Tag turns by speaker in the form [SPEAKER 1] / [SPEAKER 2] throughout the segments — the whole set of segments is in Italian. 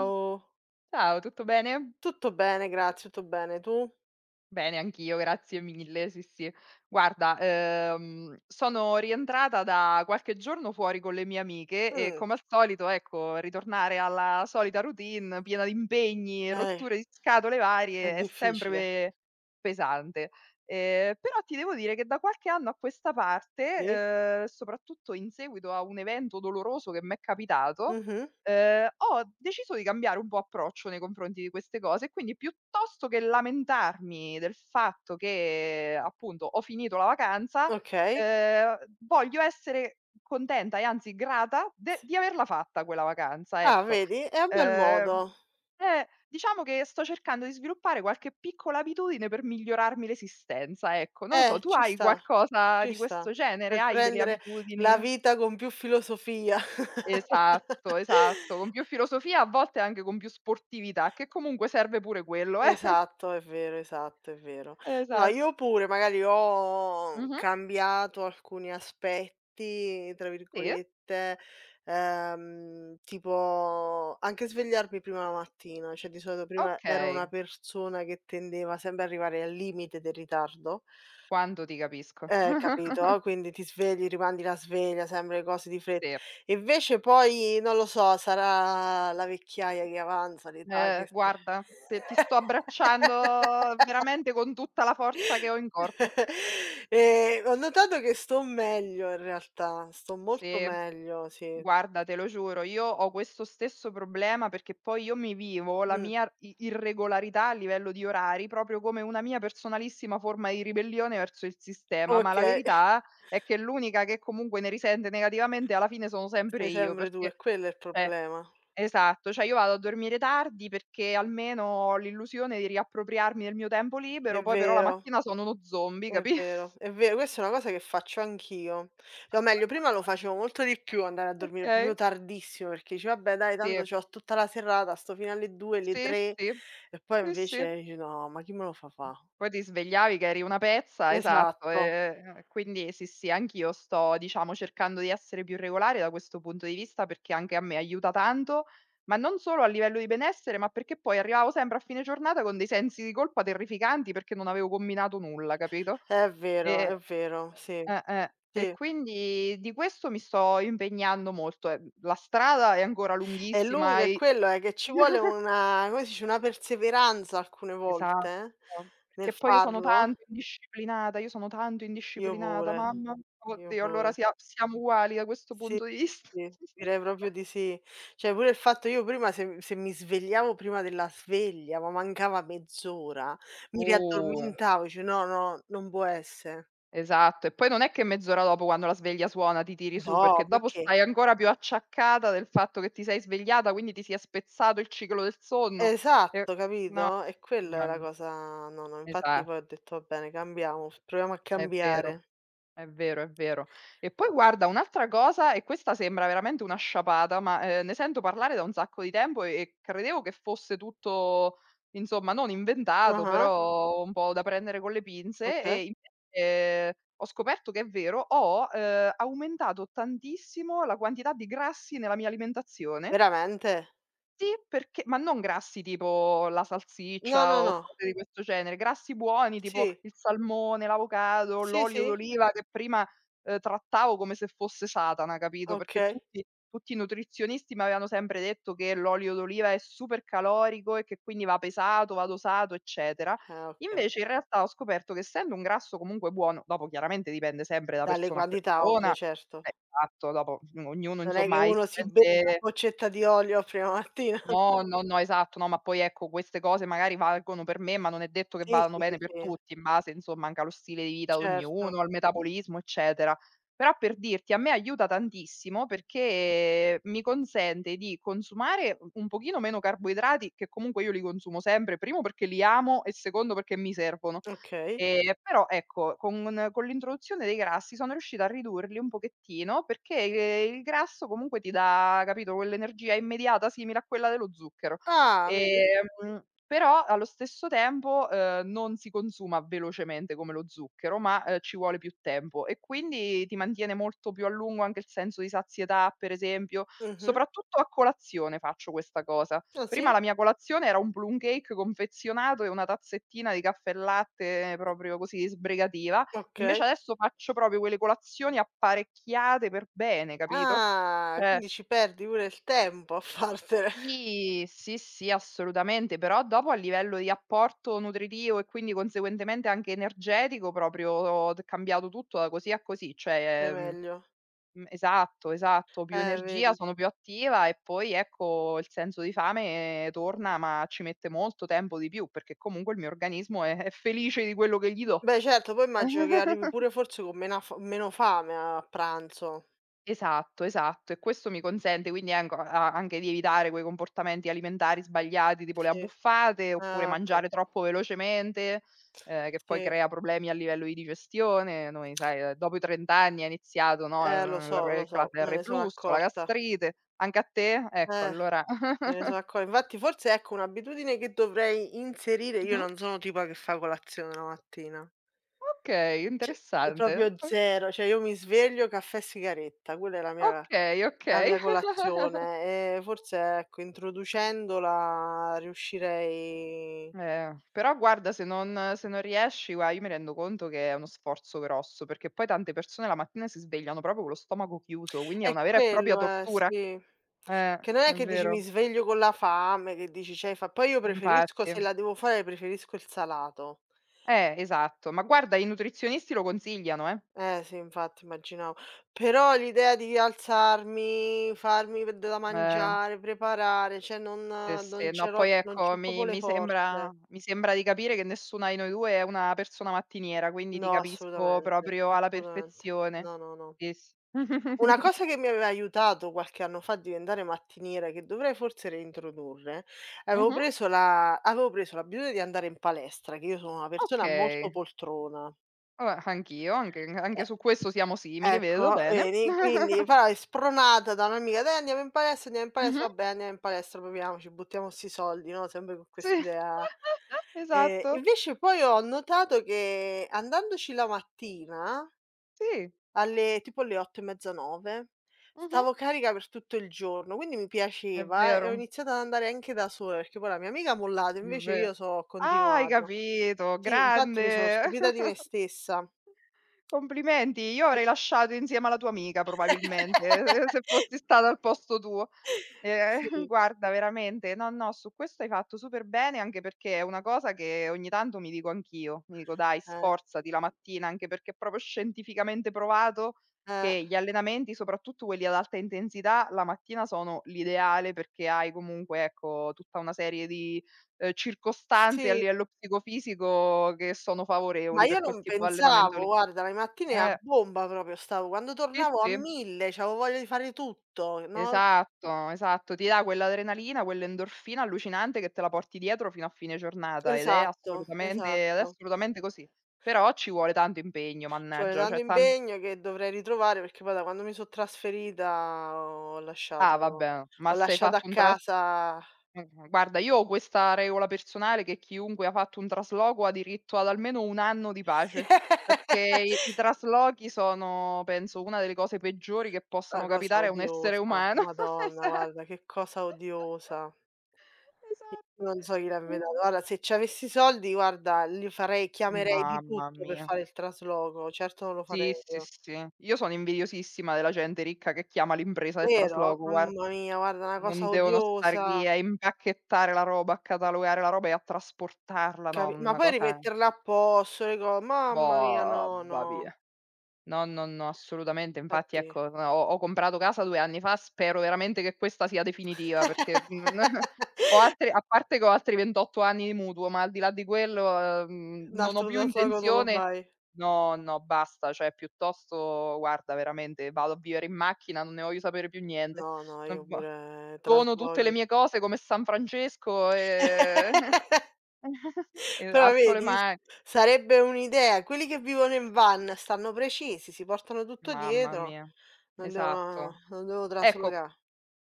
[SPEAKER 1] Ciao.
[SPEAKER 2] Ciao, tutto bene?
[SPEAKER 1] Tutto bene, grazie, tutto bene. Tu?
[SPEAKER 2] Bene anch'io, grazie mille, sì, sì. Guarda, sono rientrata da qualche giorno fuori con le mie amiche e
[SPEAKER 1] Mh.
[SPEAKER 2] come al solito, ecco, ritornare alla solita routine piena di impegni e
[SPEAKER 1] eh,
[SPEAKER 2] rotture di scatole
[SPEAKER 1] è
[SPEAKER 2] varie è sempre
[SPEAKER 1] difficile.
[SPEAKER 2] pesante. Però ti devo dire che da qualche anno a questa parte,
[SPEAKER 1] Sì.
[SPEAKER 2] soprattutto in seguito a un evento doloroso che m'è capitato,
[SPEAKER 1] Mh-mh.
[SPEAKER 2] Ho deciso di cambiare un po' approccio nei confronti di queste cose e quindi piuttosto che lamentarmi del fatto che, appunto, ho finito la vacanza,
[SPEAKER 1] Okay.
[SPEAKER 2] ehm, voglio essere contenta e anzi grata de di averla fatta quella vacanza,
[SPEAKER 1] Ah,
[SPEAKER 2] ecco.
[SPEAKER 1] vedi? È un bel
[SPEAKER 2] Ehm,
[SPEAKER 1] modo.
[SPEAKER 2] diciamo che sto cercando di sviluppare qualche piccola abitudine per migliorarmi l'esistenza, ecco. Non lo so, tu
[SPEAKER 1] Ci
[SPEAKER 2] hai
[SPEAKER 1] sta,
[SPEAKER 2] qualcosa
[SPEAKER 1] ci
[SPEAKER 2] di
[SPEAKER 1] sta.
[SPEAKER 2] questo genere?
[SPEAKER 1] Per
[SPEAKER 2] Hai delle
[SPEAKER 1] prendere la
[SPEAKER 2] abitudini?
[SPEAKER 1] vita con più filosofia.
[SPEAKER 2] Esatto, esatto, con più filosofia, a volte anche con più sportività, che comunque serve pure quello, eh.
[SPEAKER 1] Esatto, è vero, esatto, è vero.
[SPEAKER 2] Esa
[SPEAKER 1] No, io pure magari ho
[SPEAKER 2] mh-mh,
[SPEAKER 1] cambiato alcuni aspetti, tra
[SPEAKER 2] sì,
[SPEAKER 1] virgolette, tipo anche svegliarmi prima la mattina, cioè di solito prima ero
[SPEAKER 2] okay,
[SPEAKER 1] una persona che tendeva sempre ad arrivare al limite del ritardo.
[SPEAKER 2] quando ti capisco.
[SPEAKER 1] Capito? Quindi ti svegli, rimandi la sveglia, sempre le cose di fretta.
[SPEAKER 2] Sì,
[SPEAKER 1] Invece poi, non lo so, sarà la vecchiaia che avanza, l'età che si
[SPEAKER 2] guarda, te ti sto abbracciando veramente con tutta la forza che ho in corpo.
[SPEAKER 1] Ho notato che sto meglio in realtà, sto molto
[SPEAKER 2] Sì.
[SPEAKER 1] meglio, sì.
[SPEAKER 2] Guarda, te lo giuro, io ho questo stesso problema perché poi io mi vivo la
[SPEAKER 1] Mh,
[SPEAKER 2] mia i irregolarità a livello di orari proprio come una mia personalissima forma di ribellione verso il sistema, ma la
[SPEAKER 1] okay,
[SPEAKER 2] verità è che l'unica che comunque ne risente negativamente alla fine sono sempre
[SPEAKER 1] sei
[SPEAKER 2] io,
[SPEAKER 1] sempre tu,
[SPEAKER 2] perché
[SPEAKER 1] è quello è il
[SPEAKER 2] eh,
[SPEAKER 1] problema.
[SPEAKER 2] esatto, cioè io vado a dormire tardi perché almeno ho l'illusione di riappropriarmi del mio tempo
[SPEAKER 1] È
[SPEAKER 2] libero, poi però la
[SPEAKER 1] vero.
[SPEAKER 2] mattina sono uno zombie,
[SPEAKER 1] È
[SPEAKER 2] capi
[SPEAKER 1] vero, è vero, questa è una cosa che faccio anch'io. Cioè, o meglio, prima lo facevo molto di più andare a dormire proprio
[SPEAKER 2] Okay,
[SPEAKER 1] tardissimo, perché dici: "Vabbè dai,
[SPEAKER 2] sì,
[SPEAKER 1] tanto c'ho tutta la serata, sto fino alle 2, alle
[SPEAKER 2] sì,
[SPEAKER 1] 3"
[SPEAKER 2] sì.
[SPEAKER 1] e poi
[SPEAKER 2] Sì, sì.
[SPEAKER 1] invece dici: "No, ma chi me lo fa fa?"
[SPEAKER 2] Poi ti svegliavi che eri una pezza, esatto,
[SPEAKER 1] Esatto,
[SPEAKER 2] e quindi sì, sì, anch'io sto, diciamo, cercando di essere più regolare da questo punto di vista, perché anche a me aiuta tanto, ma non solo a livello di benessere, ma perché poi arrivavo sempre a fine giornata con dei sensi di colpa terrificanti perché non avevo combinato nulla, capito?
[SPEAKER 1] è
[SPEAKER 2] E
[SPEAKER 1] vero, sì,
[SPEAKER 2] e
[SPEAKER 1] sì.
[SPEAKER 2] quindi di questo mi sto impegnando molto. La strada è ancora
[SPEAKER 1] È
[SPEAKER 2] lunghissima
[SPEAKER 1] lungo è
[SPEAKER 2] e
[SPEAKER 1] quello, che ci vuole una come si dice, una perseveranza alcune volte,
[SPEAKER 2] esatto,
[SPEAKER 1] nel
[SPEAKER 2] perché poi io sono
[SPEAKER 1] farlo.
[SPEAKER 2] tanto indisciplinata, io sono tanto
[SPEAKER 1] Io
[SPEAKER 2] indisciplinata,
[SPEAKER 1] pure,
[SPEAKER 2] mamma mia,
[SPEAKER 1] io
[SPEAKER 2] oddio, allora
[SPEAKER 1] pure.
[SPEAKER 2] siamo uguali da questo
[SPEAKER 1] Sì,
[SPEAKER 2] punto di vista.
[SPEAKER 1] sì, direi proprio di sì. Cioè pure il fatto io prima se mi svegliavo prima della sveglia, ma mancava mezz'ora, mi
[SPEAKER 2] Uh,
[SPEAKER 1] riaddormentavo, dice: "No, no, non può essere.
[SPEAKER 2] esatto. E poi non è che mezz'ora dopo quando la sveglia suona ti tiri su,
[SPEAKER 1] No,
[SPEAKER 2] perché
[SPEAKER 1] ma
[SPEAKER 2] dopo
[SPEAKER 1] che"
[SPEAKER 2] stai ancora più acciaccata del fatto che ti sei svegliata, quindi ti sia spezzato il ciclo del sonno e
[SPEAKER 1] esatto, capito? E quella è la
[SPEAKER 2] mamma
[SPEAKER 1] cosa no, no,
[SPEAKER 2] mi
[SPEAKER 1] infatti
[SPEAKER 2] esa
[SPEAKER 1] poi ho detto: "Va bene, cambiamo, f proviamo a
[SPEAKER 2] è vero.
[SPEAKER 1] cambiare."
[SPEAKER 2] È vero, è vero. E poi guarda un'altra cosa e questa sembra veramente una sciapata, ma, ne sento parlare da un sacco di tempo e credevo che fosse tutto insomma non inventato,
[SPEAKER 1] Ah-ah,
[SPEAKER 2] però un po' da prendere con le pinze e
[SPEAKER 1] okay.
[SPEAKER 2] invece ho scoperto che è vero. Ho, aumentato tantissimo la quantità di grassi nella mia alimentazione
[SPEAKER 1] Veramente?
[SPEAKER 2] sì, perché ma non grassi tipo la
[SPEAKER 1] No,
[SPEAKER 2] salsiccia
[SPEAKER 1] no,
[SPEAKER 2] o
[SPEAKER 1] no.
[SPEAKER 2] cose di questo genere, grassi buoni tipo
[SPEAKER 1] Sì,
[SPEAKER 2] il salmone, l'avocado,
[SPEAKER 1] sì,
[SPEAKER 2] l'olio
[SPEAKER 1] sì,
[SPEAKER 2] d'oliva che prima, trattavo come se fosse Satana, capito, perché
[SPEAKER 1] okay.
[SPEAKER 2] tutti i nutrizionisti m'avevano sempre detto che l'olio d'oliva è super calorico e che quindi va pesato, va dosato, eccetera.
[SPEAKER 1] Ah, okay.
[SPEAKER 2] Invece in realtà ho scoperto che essendo un grasso comunque buono, dopo chiaramente dipende sempre da
[SPEAKER 1] Dalle
[SPEAKER 2] persona a
[SPEAKER 1] quantità ovvio,
[SPEAKER 2] persona,
[SPEAKER 1] certo.
[SPEAKER 2] esatto, dopo ognuno
[SPEAKER 1] Non è che
[SPEAKER 2] insomma ha esigenze
[SPEAKER 1] uno si beve una boccetta di olio a prima mattina.
[SPEAKER 2] No, no, no, esatto, no, ma poi ecco queste cose magari valgono per me, ma non è detto che
[SPEAKER 1] Sì,
[SPEAKER 2] vadano
[SPEAKER 1] sì,
[SPEAKER 2] bene per
[SPEAKER 1] sì,
[SPEAKER 2] tutti, in base insomma anche allo stile di vita di
[SPEAKER 1] certo.
[SPEAKER 2] ognuno, al metabolismo, eccetera. Però per dirti, a me aiuta tantissimo perché mi consente di consumare u un pochino meno carboidrati, che comunque io li consumo sempre, primo perché li amo e secondo perché mi servono.
[SPEAKER 1] Okay.
[SPEAKER 2] Però ecco, con l'introduzione dei grassi sono riuscita a ridurli un pochettino, perché, il grasso comunque ti dà, capito, quell'energia immediata simile a quella dello zucchero.
[SPEAKER 1] Ah, vedi?
[SPEAKER 2] Però allo stesso tempo, non si consuma velocemente come lo zucchero, ma, ci vuole più tempo e quindi ti mantiene molto più a lungo anche il senso di sazietà, per esempio.
[SPEAKER 1] Mh-mh.
[SPEAKER 2] Soprattutto a colazione faccio questa cosa.
[SPEAKER 1] Ah
[SPEAKER 2] Prima
[SPEAKER 1] sì?
[SPEAKER 2] la mia colazione era un plum cake confezionato e una tazzettina di caffè e latte proprio così sbrigativa,
[SPEAKER 1] Okay.
[SPEAKER 2] invece adesso faccio proprio quelle colazioni apparecchiate per bene, capito?
[SPEAKER 1] Ah,
[SPEAKER 2] Cioè
[SPEAKER 1] quindi ci perdi pure il tempo a fartele.
[SPEAKER 2] sì, sì, sì, assolutamente, però dopo a livello di apporto nutritivo e quindi conseguentemente anche energetico proprio ho t cambiato tutto da così a così,
[SPEAKER 1] Fai
[SPEAKER 2] cioè,
[SPEAKER 1] meglio.
[SPEAKER 2] Esatto, esatto, più energia,
[SPEAKER 1] Vedi.
[SPEAKER 2] sono più attiva e poi ecco il senso di fame torna, ma ci mette molto tempo di più, perché comunque il mio organismo è felice di quello che gli do.
[SPEAKER 1] Beh certo, poi immagino che arrivi pure forse con mena f meno fame a pranzo.
[SPEAKER 2] Esatto, esatto. E questo mi consente quindi anco a anche di evitare quei comportamenti alimentari sbagliati, tipo le
[SPEAKER 1] Sì.
[SPEAKER 2] abbuffate, oppure
[SPEAKER 1] Ah, okay.
[SPEAKER 2] mangiare troppo velocemente, che poi
[SPEAKER 1] Sì.
[SPEAKER 2] crea problemi a livello di digestione. Noi sai, dopo i 30 anni è iniziato, no, il re
[SPEAKER 1] Lo
[SPEAKER 2] il cla
[SPEAKER 1] so,
[SPEAKER 2] il
[SPEAKER 1] me ne sono
[SPEAKER 2] reflusso, la
[SPEAKER 1] accorta.
[SPEAKER 2] gastrite. Anche a te? Ecco
[SPEAKER 1] Eh.
[SPEAKER 2] allora
[SPEAKER 1] Me ne sono accor Infatti forse ecco un'abitudine che dovrei inserire io
[SPEAKER 2] mh-mh.
[SPEAKER 1] non sono tipa che fa colazione la mattina.
[SPEAKER 2] Okay,
[SPEAKER 1] Ce È
[SPEAKER 2] interessante.
[SPEAKER 1] proprio 0, cioè io mi sveglio, caffè e sigaretta, quella è la
[SPEAKER 2] O
[SPEAKER 1] mia
[SPEAKER 2] Okay,
[SPEAKER 1] la mia
[SPEAKER 2] okay.
[SPEAKER 1] colazione e forse ecco introducendola riuscirei
[SPEAKER 2] Però guarda se non riesci gua io mi rendo conto che è uno sforzo grosso, perché poi tante persone la mattina si svegliano proprio con lo stomaco chiuso, quindi è
[SPEAKER 1] è
[SPEAKER 2] una vera e propria
[SPEAKER 1] quello,
[SPEAKER 2] tortura.
[SPEAKER 1] sì. Che non è
[SPEAKER 2] È
[SPEAKER 1] che dici
[SPEAKER 2] vero,
[SPEAKER 1] mi sveglio con la fame, che dici c'hai fa poi io preferisco
[SPEAKER 2] infatti.
[SPEAKER 1] se la devo fare preferisco il salato.
[SPEAKER 2] Esatto. Ma guarda i nutrizionisti lo consigliano, eh.
[SPEAKER 1] Eh sì, infatti immaginavo. Però l'idea di alzarmi, farmi v da
[SPEAKER 2] Eh,
[SPEAKER 1] mangiare, preparare, cioè non
[SPEAKER 2] sì,
[SPEAKER 1] non
[SPEAKER 2] sì. No,
[SPEAKER 1] ce l'ho
[SPEAKER 2] poi
[SPEAKER 1] non c'ho
[SPEAKER 2] ecco
[SPEAKER 1] proprio
[SPEAKER 2] mi
[SPEAKER 1] le
[SPEAKER 2] mi sembra
[SPEAKER 1] forze.
[SPEAKER 2] mi sembra di capire che nessuna di noi 2 è una persona mattiniera, quindi ti
[SPEAKER 1] No,
[SPEAKER 2] capisco
[SPEAKER 1] assolutamente,
[SPEAKER 2] proprio alla
[SPEAKER 1] assolutamente.
[SPEAKER 2] perfezione.
[SPEAKER 1] No, no, no.
[SPEAKER 2] Sì, s
[SPEAKER 1] Una
[SPEAKER 2] Mh-mh.
[SPEAKER 1] cosa che mi aveva aiutato qualche anno fa a diventare mattiniera, che dovrei forse reintrodurre, avevo preso l'abitudine di andare in palestra, che io sono una persona molto
[SPEAKER 2] Okay.
[SPEAKER 1] poltrona.
[SPEAKER 2] Vabbè, anch'io, anche
[SPEAKER 1] Eh
[SPEAKER 2] su questo siamo simili, vedo
[SPEAKER 1] Ecco,
[SPEAKER 2] bene.
[SPEAKER 1] vedi? Quindi però è spronata da un'amica: "Dai andiamo in palestra",
[SPEAKER 2] Mh-mh.
[SPEAKER 1] "Vabbè andiamo in palestra, proviamoci, buttiamo 'sti soldi", no, sempre con
[SPEAKER 2] Sì,
[SPEAKER 1] quest'idea.
[SPEAKER 2] esatto.
[SPEAKER 1] Invece poi ho notato che andandoci la mattina,
[SPEAKER 2] Sì,
[SPEAKER 1] alle tipo alle 8 e mezza, 9,
[SPEAKER 2] mh-mh.
[SPEAKER 1] stavo carica per tutto il giorno, quindi mi
[SPEAKER 2] È
[SPEAKER 1] piaceva e ho
[SPEAKER 2] vero,
[SPEAKER 1] iniziato ad andare anche da sola, perché poi la mia amica ha mollato,
[SPEAKER 2] è
[SPEAKER 1] invece io
[SPEAKER 2] ve
[SPEAKER 1] so ho
[SPEAKER 2] ah, hai
[SPEAKER 1] continuato.
[SPEAKER 2] capito,
[SPEAKER 1] Sì, infatti mi sono
[SPEAKER 2] grande.
[SPEAKER 1] stupita di me stessa.
[SPEAKER 2] Complimenti, io avrei lasciato insieme alla tua amica probabilmente, se fossi stata al posto tuo. Ehm,
[SPEAKER 1] Sì,
[SPEAKER 2] guarda veramente, no, no, su questo hai fatto super bene, anche perché è una cosa che ogni tanto mi dico anch'io. Mi dico: "Dai,
[SPEAKER 1] eh,
[SPEAKER 2] sforzati la mattina", anche perché è proprio scientificamente provato
[SPEAKER 1] eh.
[SPEAKER 2] che gli allenamenti, soprattutto quelli ad alta intensità, la mattina sono l'ideale perché hai comunque, ecco, tutta una serie di, circostanze a
[SPEAKER 1] Sì,
[SPEAKER 2] livello psicofisico che sono
[SPEAKER 1] ma
[SPEAKER 2] favorevoli
[SPEAKER 1] io
[SPEAKER 2] per quel
[SPEAKER 1] non
[SPEAKER 2] tipo d'allenamento
[SPEAKER 1] pensavo,
[SPEAKER 2] lì.
[SPEAKER 1] guarda, le mattine a
[SPEAKER 2] Eh,
[SPEAKER 1] bomba proprio stavo, quando
[SPEAKER 2] sì,
[SPEAKER 1] tornavo a
[SPEAKER 2] sì.
[SPEAKER 1] 1000, c'avevo voglia di fare tutto, no
[SPEAKER 2] Esatto, esatto. Ti dà quell'adrenalina, quell'endorfina allucinante che te la porti dietro fino a fine giornata ed è
[SPEAKER 1] esatto,
[SPEAKER 2] assolutamente
[SPEAKER 1] esatto.
[SPEAKER 2] così. Però ci vuole tanto impegno,
[SPEAKER 1] Ci vuole
[SPEAKER 2] mannaggia,
[SPEAKER 1] tanto
[SPEAKER 2] cioè tan
[SPEAKER 1] impegno che dovrei ritrovare, perché poi da quando mi so' trasferita ho
[SPEAKER 2] ah
[SPEAKER 1] lasciato
[SPEAKER 2] vabbè,
[SPEAKER 1] ho
[SPEAKER 2] ma se hai
[SPEAKER 1] lasciato a
[SPEAKER 2] fatto un tras
[SPEAKER 1] casa
[SPEAKER 2] mh-mh, guarda io ho questa regola personale che chiunque ha fatto un trasloco ha diritto ad almeno 1 anno di pace, perché i traslochi sono penso una delle cose peggiori che
[SPEAKER 1] la
[SPEAKER 2] possano
[SPEAKER 1] cosa
[SPEAKER 2] capitare a un essere
[SPEAKER 1] odiosa,
[SPEAKER 2] umano.
[SPEAKER 1] madonna
[SPEAKER 2] Esa
[SPEAKER 1] guarda che cosa odiosa.
[SPEAKER 2] esatto.
[SPEAKER 1] Non so chi l'ha
[SPEAKER 2] Qui
[SPEAKER 1] inventato. Guarda, se c'avessi i soldi, guarda, li farei chiamerei di
[SPEAKER 2] mamma
[SPEAKER 1] tutto per
[SPEAKER 2] mia.
[SPEAKER 1] fare il trasloco, certo non lo farei
[SPEAKER 2] Sì, sì,
[SPEAKER 1] io.
[SPEAKER 2] sì. Io sono invidiosissima della gente ricca che chiama l'impresa del
[SPEAKER 1] Vero?
[SPEAKER 2] trasloco, guarda.
[SPEAKER 1] Mamma mia, guarda, una
[SPEAKER 2] Non
[SPEAKER 1] cosa
[SPEAKER 2] devono stare
[SPEAKER 1] odiosa,
[SPEAKER 2] lì a impacchettare la roba, a catalogare la roba e a trasportarla, no,
[SPEAKER 1] capi ma
[SPEAKER 2] una
[SPEAKER 1] poi
[SPEAKER 2] cosa
[SPEAKER 1] rimetterla a posto le co mamma mia,
[SPEAKER 2] boh,
[SPEAKER 1] no,
[SPEAKER 2] va
[SPEAKER 1] no,
[SPEAKER 2] via. No, no, no, assolutamente. Infatti
[SPEAKER 1] infatti.
[SPEAKER 2] ecco, ho comprato casa 2 anni fa, spero veramente che questa sia definitiva perché Ho altri a parte che ho altri 28 anni di mutuo, ma al di là di quello,
[SPEAKER 1] Un
[SPEAKER 2] non ho
[SPEAKER 1] altro
[SPEAKER 2] più
[SPEAKER 1] trasloco non lo
[SPEAKER 2] intenzione
[SPEAKER 1] fai?
[SPEAKER 2] no, no, basta, cioè piuttosto guarda veramente vado a vivere in macchina, non ne voglio sapere più niente.
[SPEAKER 1] No, no, io
[SPEAKER 2] Non vo
[SPEAKER 1] pure
[SPEAKER 2] dono tutte le
[SPEAKER 1] traslochi
[SPEAKER 2] mie cose come San Francesco e e
[SPEAKER 1] Però
[SPEAKER 2] alzo le
[SPEAKER 1] vedi, s
[SPEAKER 2] ma
[SPEAKER 1] sarebbe un'idea. Quelli che vivono in van stanno precisi, si portano tutto
[SPEAKER 2] mamma
[SPEAKER 1] dietro,
[SPEAKER 2] mia.
[SPEAKER 1] non devono
[SPEAKER 2] Esatto.
[SPEAKER 1] non devo
[SPEAKER 2] Ecco
[SPEAKER 1] trasloca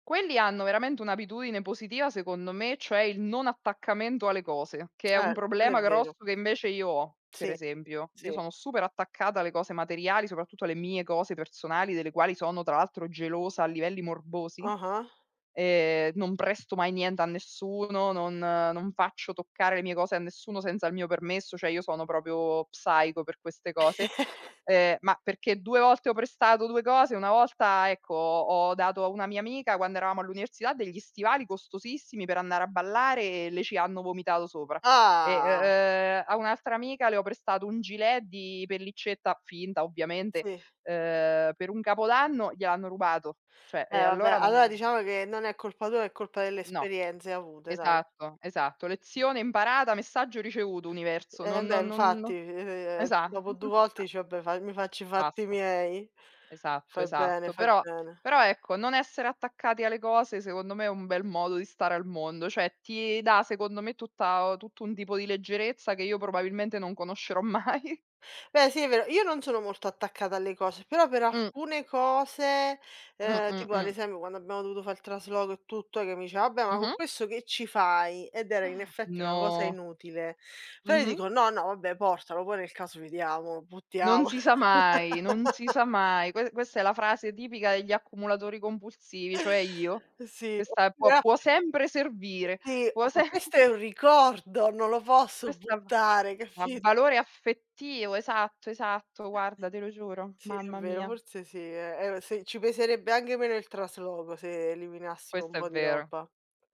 [SPEAKER 2] quelli hanno veramente un'abitudine positiva secondo me, cioè il non attaccamento alle cose, che è un
[SPEAKER 1] quello è
[SPEAKER 2] problema
[SPEAKER 1] vero.
[SPEAKER 2] grosso che invece io ho, per
[SPEAKER 1] Sì,
[SPEAKER 2] esempio. Io
[SPEAKER 1] sì.
[SPEAKER 2] sono super attaccata alle cose materiali, soprattutto alle mie cose personali, delle quali sono tra l'altro gelosa a livelli morbosi.
[SPEAKER 1] Ah-ah.
[SPEAKER 2] Non presto mai niente a nessuno, non faccio toccare le mie cose a nessuno senza il mio permesso, cioè io sono proprio psico per queste cose. Ma perché 2 volte ho prestato 2 cose, una volta, ecco, ho dato a una mia amica quando eravamo all'università degli stivali costosissimi per andare a ballare e le ci hanno vomitato sopra. E,
[SPEAKER 1] Ah,
[SPEAKER 2] a un'altra amica le ho prestato un gilet di pellicetta finta ovviamente,
[SPEAKER 1] sì.
[SPEAKER 2] per un capodanno, gliel'hanno rubato. Cioè,
[SPEAKER 1] Eh
[SPEAKER 2] e
[SPEAKER 1] vabbè,
[SPEAKER 2] allora
[SPEAKER 1] allora
[SPEAKER 2] non
[SPEAKER 1] diciamo che non è colpa tua, è colpa delle
[SPEAKER 2] no.
[SPEAKER 1] esperienze avute dai.
[SPEAKER 2] Esatto, esatto. Lezione imparata, messaggio ricevuto universo,
[SPEAKER 1] Eh
[SPEAKER 2] non
[SPEAKER 1] beh,
[SPEAKER 2] non non
[SPEAKER 1] infatti,
[SPEAKER 2] no esa
[SPEAKER 1] dopo 2 volte
[SPEAKER 2] ba
[SPEAKER 1] dici: "Vabbè, fa mi faccio i fatti
[SPEAKER 2] basta.
[SPEAKER 1] miei".
[SPEAKER 2] Esatto,
[SPEAKER 1] Fai bene,
[SPEAKER 2] esatto.
[SPEAKER 1] fai bene.
[SPEAKER 2] Però ecco, non essere attaccati alle cose secondo me è un bel modo di stare al mondo, cioè ti dà secondo me tutta tutto un tipo di leggerezza che io probabilmente non conoscerò mai.
[SPEAKER 1] Beh sì, è vero. Io non sono molto attaccata alle cose, però per
[SPEAKER 2] Mh,
[SPEAKER 1] alcune cose,
[SPEAKER 2] mh, mh,
[SPEAKER 1] tipo ad
[SPEAKER 2] mh.
[SPEAKER 1] esempio quando abbiamo dovuto fare il trasloco e tutto, che mi diceva: "Vabbè, ma con
[SPEAKER 2] Mh-mh.
[SPEAKER 1] questo che ci fai?" Ed era in effetti una cosa
[SPEAKER 2] No.
[SPEAKER 1] inutile. Però io
[SPEAKER 2] Mh-mh.
[SPEAKER 1] dico: "No, no, vabbè portalo, poi nel caso vediamo, lo
[SPEAKER 2] Non
[SPEAKER 1] buttiamo."
[SPEAKER 2] si sa mai, non si sa mai. Questa è la frase tipica degli accumulatori compulsivi, cioè io.
[SPEAKER 1] Sì,
[SPEAKER 2] Questa
[SPEAKER 1] oppure a
[SPEAKER 2] può sempre servire,
[SPEAKER 1] sì, "Oh,
[SPEAKER 2] può
[SPEAKER 1] ma
[SPEAKER 2] sem
[SPEAKER 1] questo è un ricordo, non lo posso
[SPEAKER 2] questa va
[SPEAKER 1] buttare."
[SPEAKER 2] ha
[SPEAKER 1] Capi
[SPEAKER 2] valore affettivo, esatto, esatto, guarda te lo giuro,
[SPEAKER 1] Sì, è
[SPEAKER 2] mamma
[SPEAKER 1] vero,
[SPEAKER 2] mia.
[SPEAKER 1] forse sì, se ci peserebbe anche meno il trasloco se eliminassimo un
[SPEAKER 2] Questo è
[SPEAKER 1] po' di
[SPEAKER 2] vero,
[SPEAKER 1] roba.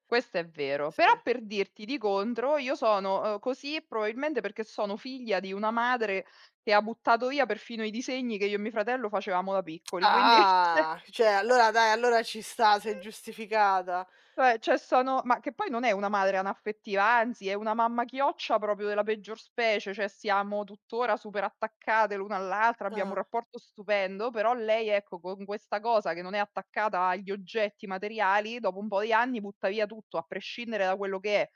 [SPEAKER 2] questo è vero. Però
[SPEAKER 1] Sì.
[SPEAKER 2] per dirti, di contro, io sono, così probabilmente perché sono figlia di una madre che ha buttato via perfino i disegni che io e mio fratello facevamo da piccoli, quindi cioè
[SPEAKER 1] Ah, cioè allora dai, allora ci sta, sei giustificata.
[SPEAKER 2] Cioè cioè sono ma che poi non è una madre anaffettiva, anzi è una mamma chioccia proprio della peggior specie, cioè siamo tuttora super attaccate l'una all'altra, abbiamo un
[SPEAKER 1] Ah,
[SPEAKER 2] rapporto stupendo, però lei ecco con questa cosa che non è attaccata agli oggetti materiali, dopo un po' di anni butta via tutto, a prescindere da quello che è.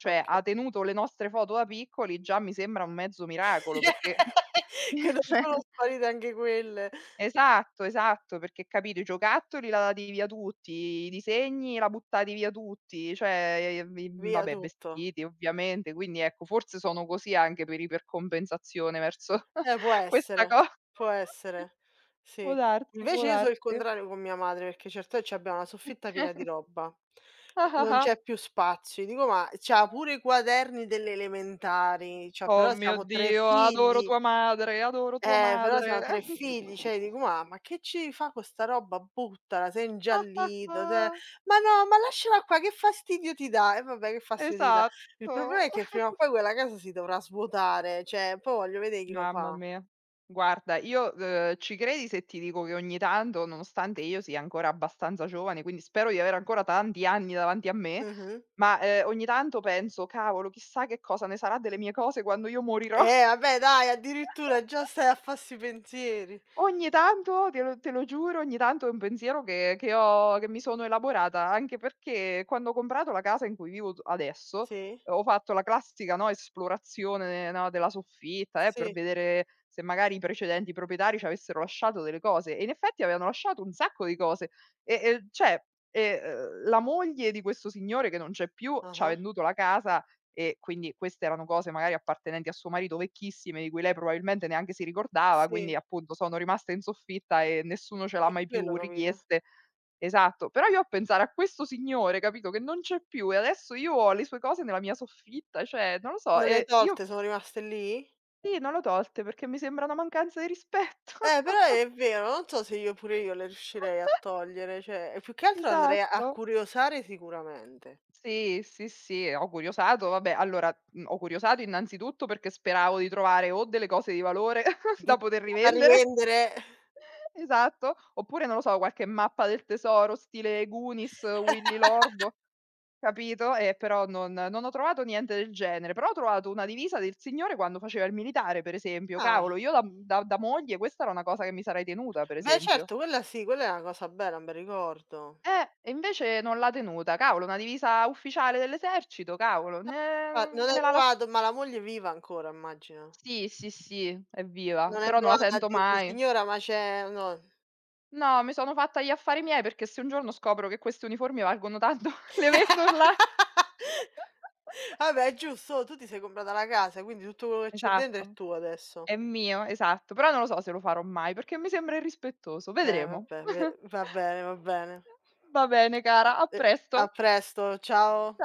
[SPEAKER 2] Cioè
[SPEAKER 1] okay.
[SPEAKER 2] ha tenuto le nostre foto da piccoli, già mi sembra un mezzo miracolo perché
[SPEAKER 1] Che non
[SPEAKER 2] cioè
[SPEAKER 1] sono sparite anche quelle.
[SPEAKER 2] esatto, esatto, perché capito i giocattoli la dati via tutti, i disegni la buttati via tutti, cioè,
[SPEAKER 1] Via
[SPEAKER 2] vabbè,
[SPEAKER 1] tutto.
[SPEAKER 2] vestiti ovviamente, quindi ecco, forse sono così anche per ipercompensazione verso
[SPEAKER 1] Eh, può
[SPEAKER 2] questa
[SPEAKER 1] essere,
[SPEAKER 2] co
[SPEAKER 1] può essere,
[SPEAKER 2] può
[SPEAKER 1] sì.
[SPEAKER 2] darsi, può
[SPEAKER 1] Invece io so' il
[SPEAKER 2] darsi.
[SPEAKER 1] contrario con mia madre, perché certe vo c'abbiamo la soffitta piena di roba. Cioè, non
[SPEAKER 2] Ah-ah-ah.
[SPEAKER 1] c'è più spazio. Dico: "Ma c'ha pure i quaderni delle elementari", cioè
[SPEAKER 2] Oh
[SPEAKER 1] però
[SPEAKER 2] mio
[SPEAKER 1] siamo 3
[SPEAKER 2] Dio, adoro
[SPEAKER 1] figli.
[SPEAKER 2] tua madre, adoro tua
[SPEAKER 1] Però
[SPEAKER 2] madre.
[SPEAKER 1] siamo 3 figli, cioè dico: "Ma che ci fa co' 'sta roba? Buttala, sei
[SPEAKER 2] Ah, ah,
[SPEAKER 1] ingiallito, cioè"
[SPEAKER 2] ah.
[SPEAKER 1] "Ma no, ma lasciala qua, che fastidio ti dà?" E vabbè che fastidio ti dà. Il problema
[SPEAKER 2] Esatto.
[SPEAKER 1] è che prima o poi quella casa si dovrà svuotare, cioè poi voglio vedè chi lo
[SPEAKER 2] Mamma
[SPEAKER 1] fa.
[SPEAKER 2] mia. Guarda, io, ci credi se ti dico che ogni tanto, nonostante io sia ancora abbastanza giovane, quindi spero di avere ancora tanti anni davanti a me,
[SPEAKER 1] Mh-mh.
[SPEAKER 2] ma, ogni tanto penso: "Cavolo, chissà che cosa ne sarà delle mie cose quando io morirò."
[SPEAKER 1] Eh vabbè dai, addirittura già stai a fa 'sti pensieri.
[SPEAKER 2] Ogni tanto, te lo giuro, ogni tanto è un pensiero che ho che mi sono elaborata, anche perché quando ho comprato la casa in cui vivo t adesso,
[SPEAKER 1] Sì,
[SPEAKER 2] ho fatto la classica, no, esplorazione, no, della soffitta, per
[SPEAKER 1] sì,
[SPEAKER 2] vedere se magari i precedenti proprietari ci avessero lasciato delle cose e in effetti avevano lasciato un sacco di cose. E e cioè, la moglie di questo signore che non c'è più, c'ha
[SPEAKER 1] ah-ah,
[SPEAKER 2] venduto la casa e quindi queste erano cose magari appartenenti a suo marito, vecchissime, di cui lei probabilmente neanche si ricordava,
[SPEAKER 1] sì,
[SPEAKER 2] quindi appunto sono rimaste in soffitta e nessuno ce l'ha
[SPEAKER 1] è
[SPEAKER 2] mai
[SPEAKER 1] quello
[SPEAKER 2] più
[SPEAKER 1] capito.
[SPEAKER 2] richieste. Esatto, però io a pensare a questo signore, capito, che non c'è più e adesso io ho le sue cose nella mia soffitta, cioè non lo so,
[SPEAKER 1] Non le hai
[SPEAKER 2] io
[SPEAKER 1] tolte, sono rimaste lì?
[SPEAKER 2] sì, non l'ho tolte perché mi sembra una mancanza di rispetto.
[SPEAKER 1] Però è vero, non so se io pure io le riuscirei a togliere, cioè e più che altro andrei a
[SPEAKER 2] Esatto.
[SPEAKER 1] curiosare sicuramente.
[SPEAKER 2] Sì, sì, sì, ho curiosato, vabbè allora, ho curiosato innanzitutto perché speravo di trovare o delle cose di valore
[SPEAKER 1] Di
[SPEAKER 2] da poter
[SPEAKER 1] Vado a
[SPEAKER 2] rivendere
[SPEAKER 1] rivendere
[SPEAKER 2] esatto, oppure non lo so, qualche mappa del tesoro stile Goonies, Willy l'orbo, capito, però non ho trovato niente del genere, però ho trovato una divisa del signore quando faceva il militare, per esempio.
[SPEAKER 1] ah,
[SPEAKER 2] Cavolo, io da m da da moglie questa era una cosa che mi sarei tenuta, per
[SPEAKER 1] beh
[SPEAKER 2] esempio.
[SPEAKER 1] certo, quella sì, quella è una cosa bella, un bel ricordo.
[SPEAKER 2] E invece non l'ha tenuta. Cavolo, una divisa ufficiale dell'esercito, cavolo,
[SPEAKER 1] Infa
[SPEAKER 2] ne
[SPEAKER 1] non hai
[SPEAKER 2] me la lascia
[SPEAKER 1] provato ma la moglie è viva ancora immagino.
[SPEAKER 2] sì, sì, sì, evviva,
[SPEAKER 1] Non hai
[SPEAKER 2] però non la
[SPEAKER 1] provato a
[SPEAKER 2] sento
[SPEAKER 1] dirgli:
[SPEAKER 2] mai.
[SPEAKER 1] "Signora ma c'è" no.
[SPEAKER 2] No, mi sono fatta gli affari miei perché se un giorno scopro che questi uniformi valgono tanto, le vendo là.
[SPEAKER 1] Vabbè è giusto, oh, tu ti sei comprata la casa, quindi tutto quello che c'è dentro è
[SPEAKER 2] Esatto,
[SPEAKER 1] tuo adesso.
[SPEAKER 2] è mio, esatto. Però non lo so se lo farò mai perché mi sembra irrispettoso.
[SPEAKER 1] Eh
[SPEAKER 2] Vedremo.
[SPEAKER 1] vabbè, ve va bene, va bene.
[SPEAKER 2] Va bene cara, a
[SPEAKER 1] Uhm, a
[SPEAKER 2] presto.
[SPEAKER 1] presto, ciao.